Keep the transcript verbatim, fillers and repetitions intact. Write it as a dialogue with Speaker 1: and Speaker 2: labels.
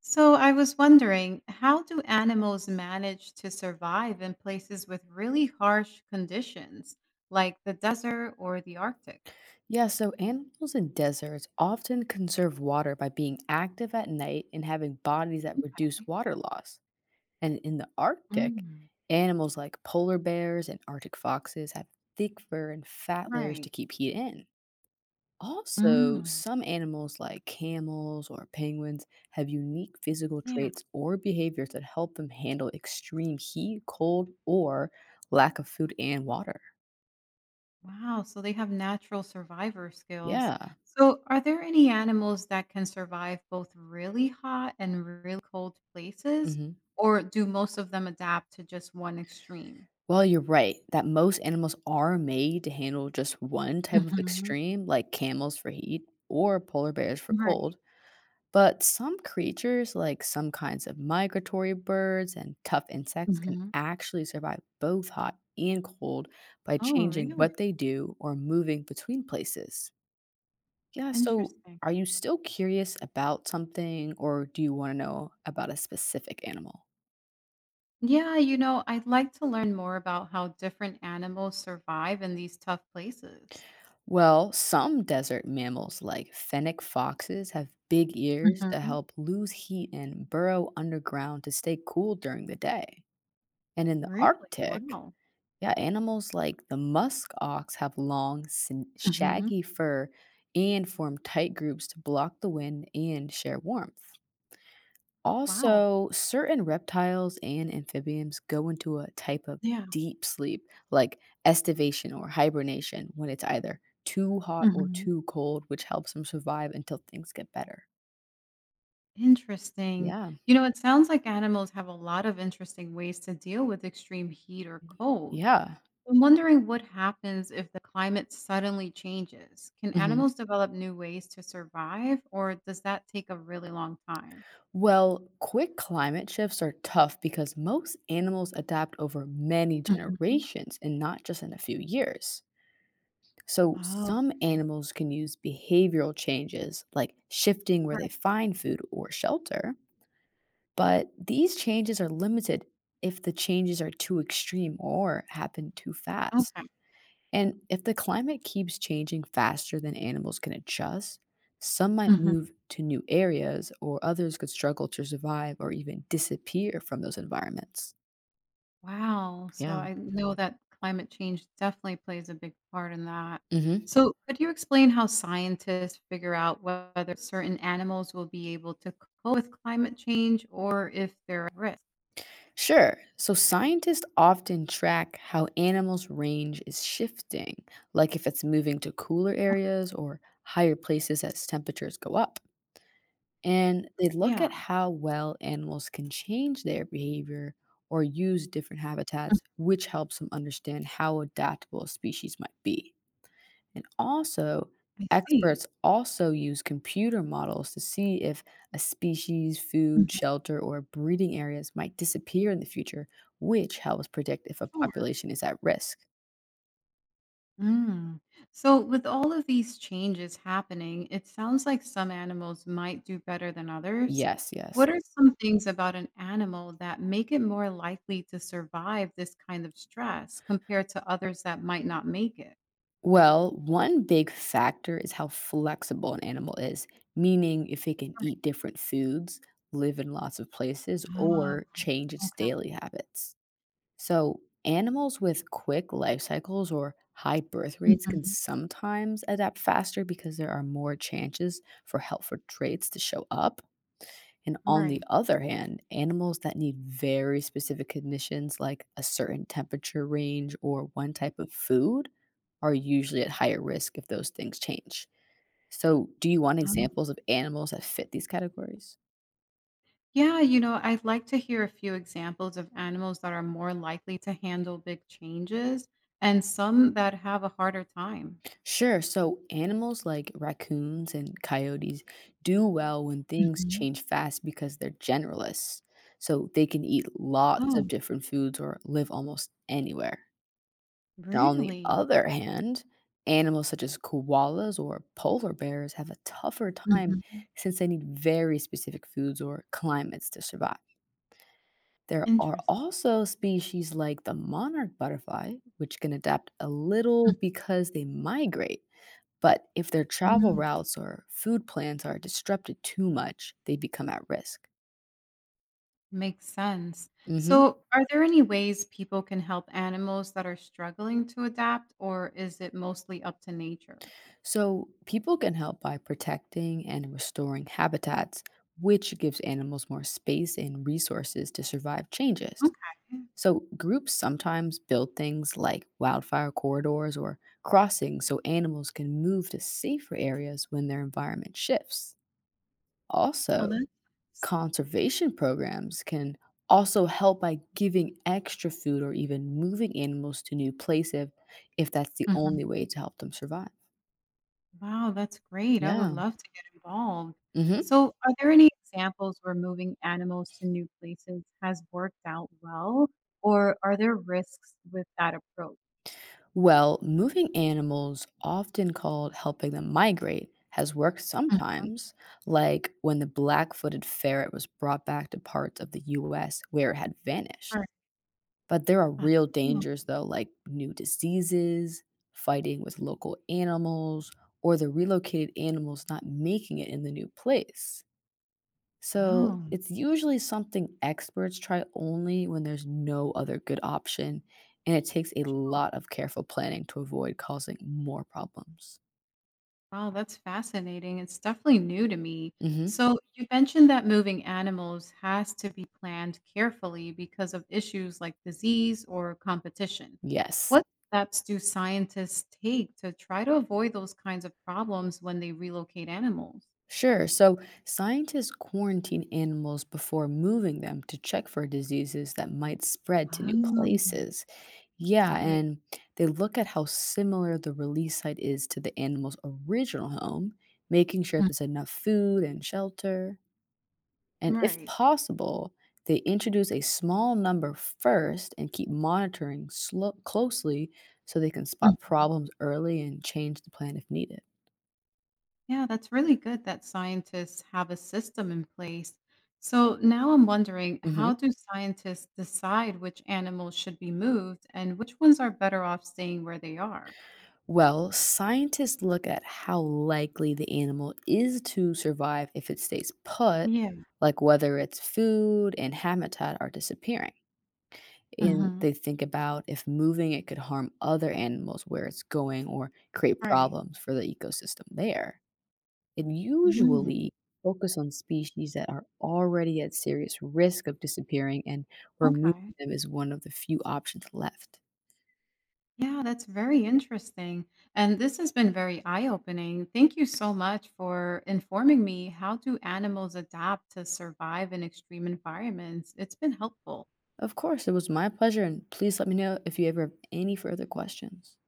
Speaker 1: So I was wondering, how do animals manage to survive in places with really harsh conditions, like the desert or the Arctic?
Speaker 2: Yeah, so animals in deserts often conserve water by being active at night and having bodies that reduce water loss. And in the Arctic,
Speaker 1: Mm.
Speaker 2: animals like polar bears and Arctic foxes have thick fur and fat layers to
Speaker 1: Right.
Speaker 2: keep heat in. Also,
Speaker 1: Mm.
Speaker 2: some animals like camels or penguins have unique physical
Speaker 1: Yeah.
Speaker 2: traits or behaviors that help them handle extreme heat, cold, or lack of food and water.
Speaker 1: Wow. So they have natural survivor skills.
Speaker 2: Yeah.
Speaker 1: So are there any animals that can survive both really hot and really cold places,
Speaker 2: hmm
Speaker 1: or do most of them adapt to just one extreme?
Speaker 2: Well, you're right that most animals are made to handle just one type of
Speaker 1: Hmm.
Speaker 2: extreme, like camels for heat or polar bears for
Speaker 1: Right.
Speaker 2: cold. But some creatures, like some kinds of migratory birds and tough insects, can
Speaker 1: Hmm.
Speaker 2: actually survive both hot and cold by
Speaker 1: Oh,
Speaker 2: changing
Speaker 1: really?
Speaker 2: what they do or moving between places. Yeah, so
Speaker 1: Interesting.
Speaker 2: are you still curious about something or do you want to know about a specific animal?
Speaker 1: Yeah, you know, I'd like to learn more about how different animals survive in these tough places.
Speaker 2: Well, some desert mammals like fennec foxes have big ears to
Speaker 1: Hmm.
Speaker 2: help lose heat and burrow underground to stay cool during the day. And in the
Speaker 1: Really?
Speaker 2: Arctic,
Speaker 1: Wow.
Speaker 2: yeah, animals like the musk ox have long, sin-
Speaker 1: Hmm.
Speaker 2: shaggy fur and form tight groups to block the wind and share warmth.
Speaker 1: Wow.
Speaker 2: Also, certain reptiles and amphibians go into a type of
Speaker 1: Yeah.
Speaker 2: deep sleep, like estivation or hibernation, when it's either too hot or
Speaker 1: Hmm.
Speaker 2: too cold, which helps them survive until things get better.
Speaker 1: Interesting.
Speaker 2: Yeah.
Speaker 1: You know, it sounds like animals have a lot of interesting ways to deal with extreme heat or cold.
Speaker 2: Yeah.
Speaker 1: I'm wondering what happens if the climate suddenly changes. Can
Speaker 2: Mhm.
Speaker 1: animals develop new ways to survive, or does that take a really long time?
Speaker 2: Well, quick climate shifts are tough because most animals adapt over many
Speaker 1: Hmm.
Speaker 2: generations and not just in a few years. So,
Speaker 1: Oh,
Speaker 2: some
Speaker 1: okay.
Speaker 2: animals can use behavioral changes like shifting where
Speaker 1: Right.
Speaker 2: they find food or shelter. But these changes are limited if the changes are too extreme or happen too
Speaker 1: Okay.
Speaker 2: fast. And if the climate keeps changing faster than animals can adjust, some might move to new areas, or others could struggle to survive or even disappear from those environments.
Speaker 1: Wow. So
Speaker 2: Yeah.
Speaker 1: I know that climate change definitely plays a big part in that. Mhm.
Speaker 2: hmm
Speaker 1: So, could you explain how scientists figure out whether certain animals will be able to cope with climate change or if they're at risk?
Speaker 2: Sure. So scientists often track how animals' range is shifting, like if it's moving to cooler
Speaker 1: Okay.
Speaker 2: areas or higher places as temperatures go up. And they look at
Speaker 1: Yeah,
Speaker 2: how well animals can change their behavior or use different habitats, which helps them understand how adaptable a species might be. And also,
Speaker 1: I see.
Speaker 2: experts also use computer models to see if a species' food,
Speaker 1: Mhm.
Speaker 2: shelter, or breeding areas might disappear in the future, which helps predict if a
Speaker 1: Sure.
Speaker 2: population is at risk.
Speaker 1: Mm. So, with all of these changes happening, it sounds like some animals might do better than others.
Speaker 2: Yes,
Speaker 1: What
Speaker 2: yes.
Speaker 1: are some things about an animal that make it more likely to survive this kind of stress compared to others that might not make it?
Speaker 2: Well, one big factor is how flexible an animal is, meaning if it can
Speaker 1: Right.
Speaker 2: eat different foods, live in lots of places,
Speaker 1: Ah,
Speaker 2: or change its
Speaker 1: okay.
Speaker 2: daily habits. So, animals with quick life cycles or high birth rates can
Speaker 1: Mhm.
Speaker 2: sometimes adapt faster because there are more chances for helpful traits to show up. And on the
Speaker 1: Right.
Speaker 2: other hand, animals that need very specific conditions, like a certain temperature range or one type of food, are usually at higher risk if those things change. So, do you want
Speaker 1: Oh.
Speaker 2: examples of animals that fit these categories?
Speaker 1: Yeah, you know, I'd like to hear a few examples of animals that are more likely to handle big changes and some that have a harder time.
Speaker 2: Sure. So, animals like raccoons and coyotes do well when things
Speaker 1: Mhm.
Speaker 2: change fast because they're generalists. So, they can eat lots of
Speaker 1: Oh,
Speaker 2: different foods or live almost anywhere. Now, on the
Speaker 1: really?
Speaker 2: other hand, animals such as koalas or polar bears have a tougher time
Speaker 1: Mhm.
Speaker 2: since they need very specific foods or climates to survive. There are
Speaker 1: Interesting.
Speaker 2: also species like the monarch butterfly, which can adapt a little because they migrate. But if their travel
Speaker 1: Mhm.
Speaker 2: routes or food plans are disrupted too much, they become at risk.
Speaker 1: Makes sense.
Speaker 2: hmm
Speaker 1: So, are there any ways people can help animals that are struggling to adapt, or is it mostly up to nature?
Speaker 2: So, people can help by protecting and restoring habitats, which gives animals more space and resources to survive changes.
Speaker 1: Okay.
Speaker 2: So, groups sometimes build things like wildfire corridors or crossings so animals can move to safer areas when their environment shifts. Also,
Speaker 1: Well, that's nice.
Speaker 2: conservation programs can also help by giving extra food or even moving animals to new places if that's the
Speaker 1: Mhm.
Speaker 2: only way to help them survive.
Speaker 1: Wow, that's great. I would
Speaker 2: Yeah.
Speaker 1: love to get involved.
Speaker 2: Mhm.
Speaker 1: So, are there any examples where moving animals to new places has worked out well, or are there risks with that approach?
Speaker 2: Well, moving animals, often called helping them migrate, has worked
Speaker 1: Mhm.
Speaker 2: sometimes, like when the black footed ferret was brought back to parts of the U S where it had vanished.
Speaker 1: Or-
Speaker 2: But there are real
Speaker 1: Oh,
Speaker 2: dangers, though, like new diseases, fighting with local animals, or the relocated animals not making it in the new place. So
Speaker 1: oh.
Speaker 2: it's usually something experts try only when there's no other good option, and it takes a lot of careful planning to avoid causing more problems.
Speaker 1: Wow, that's fascinating. It's definitely new to me.
Speaker 2: hmm
Speaker 1: So, you mentioned that moving animals has to be planned carefully because of issues like disease or competition.
Speaker 2: Yes.
Speaker 1: What steps do scientists take to try to avoid those kinds of problems when they relocate animals?
Speaker 2: Sure. So scientists quarantine animals before moving them to check for diseases that might spread to new
Speaker 1: Oh.
Speaker 2: places. Yeah,
Speaker 1: That makes
Speaker 2: and they look at how similar the release site is to the animal's original home, making sure
Speaker 1: Mhm.
Speaker 2: there's enough food and shelter. And if
Speaker 1: Right.
Speaker 2: possible, they introduce a small number first and keep monitoring slow, closely so they can spot problems early and change the plan if needed.
Speaker 1: Yeah, that's really good that scientists have a system in place. So now I'm wondering
Speaker 2: Mhm.
Speaker 1: how do scientists decide which animals should be moved and which ones are better off staying where they are?
Speaker 2: Well, scientists look at how likely the animal is to survive if it stays put,
Speaker 1: Yeah.
Speaker 2: like whether its food and habitat are disappearing. And
Speaker 1: Hmm.
Speaker 2: they think about if moving it could harm other animals where it's going or create
Speaker 1: Right.
Speaker 2: problems for the ecosystem there, and
Speaker 1: Hmm.
Speaker 2: usually focus on species that are already at serious risk of disappearing, and removing
Speaker 1: Okay.
Speaker 2: them is one of the few options left.
Speaker 1: Yeah, that's very interesting. And this has been very eye-opening. Thank you so much for informing me how do animals adapt to survive in extreme environments? It's been helpful.
Speaker 2: Of course, it was my pleasure, and please let me know if you ever have any further questions.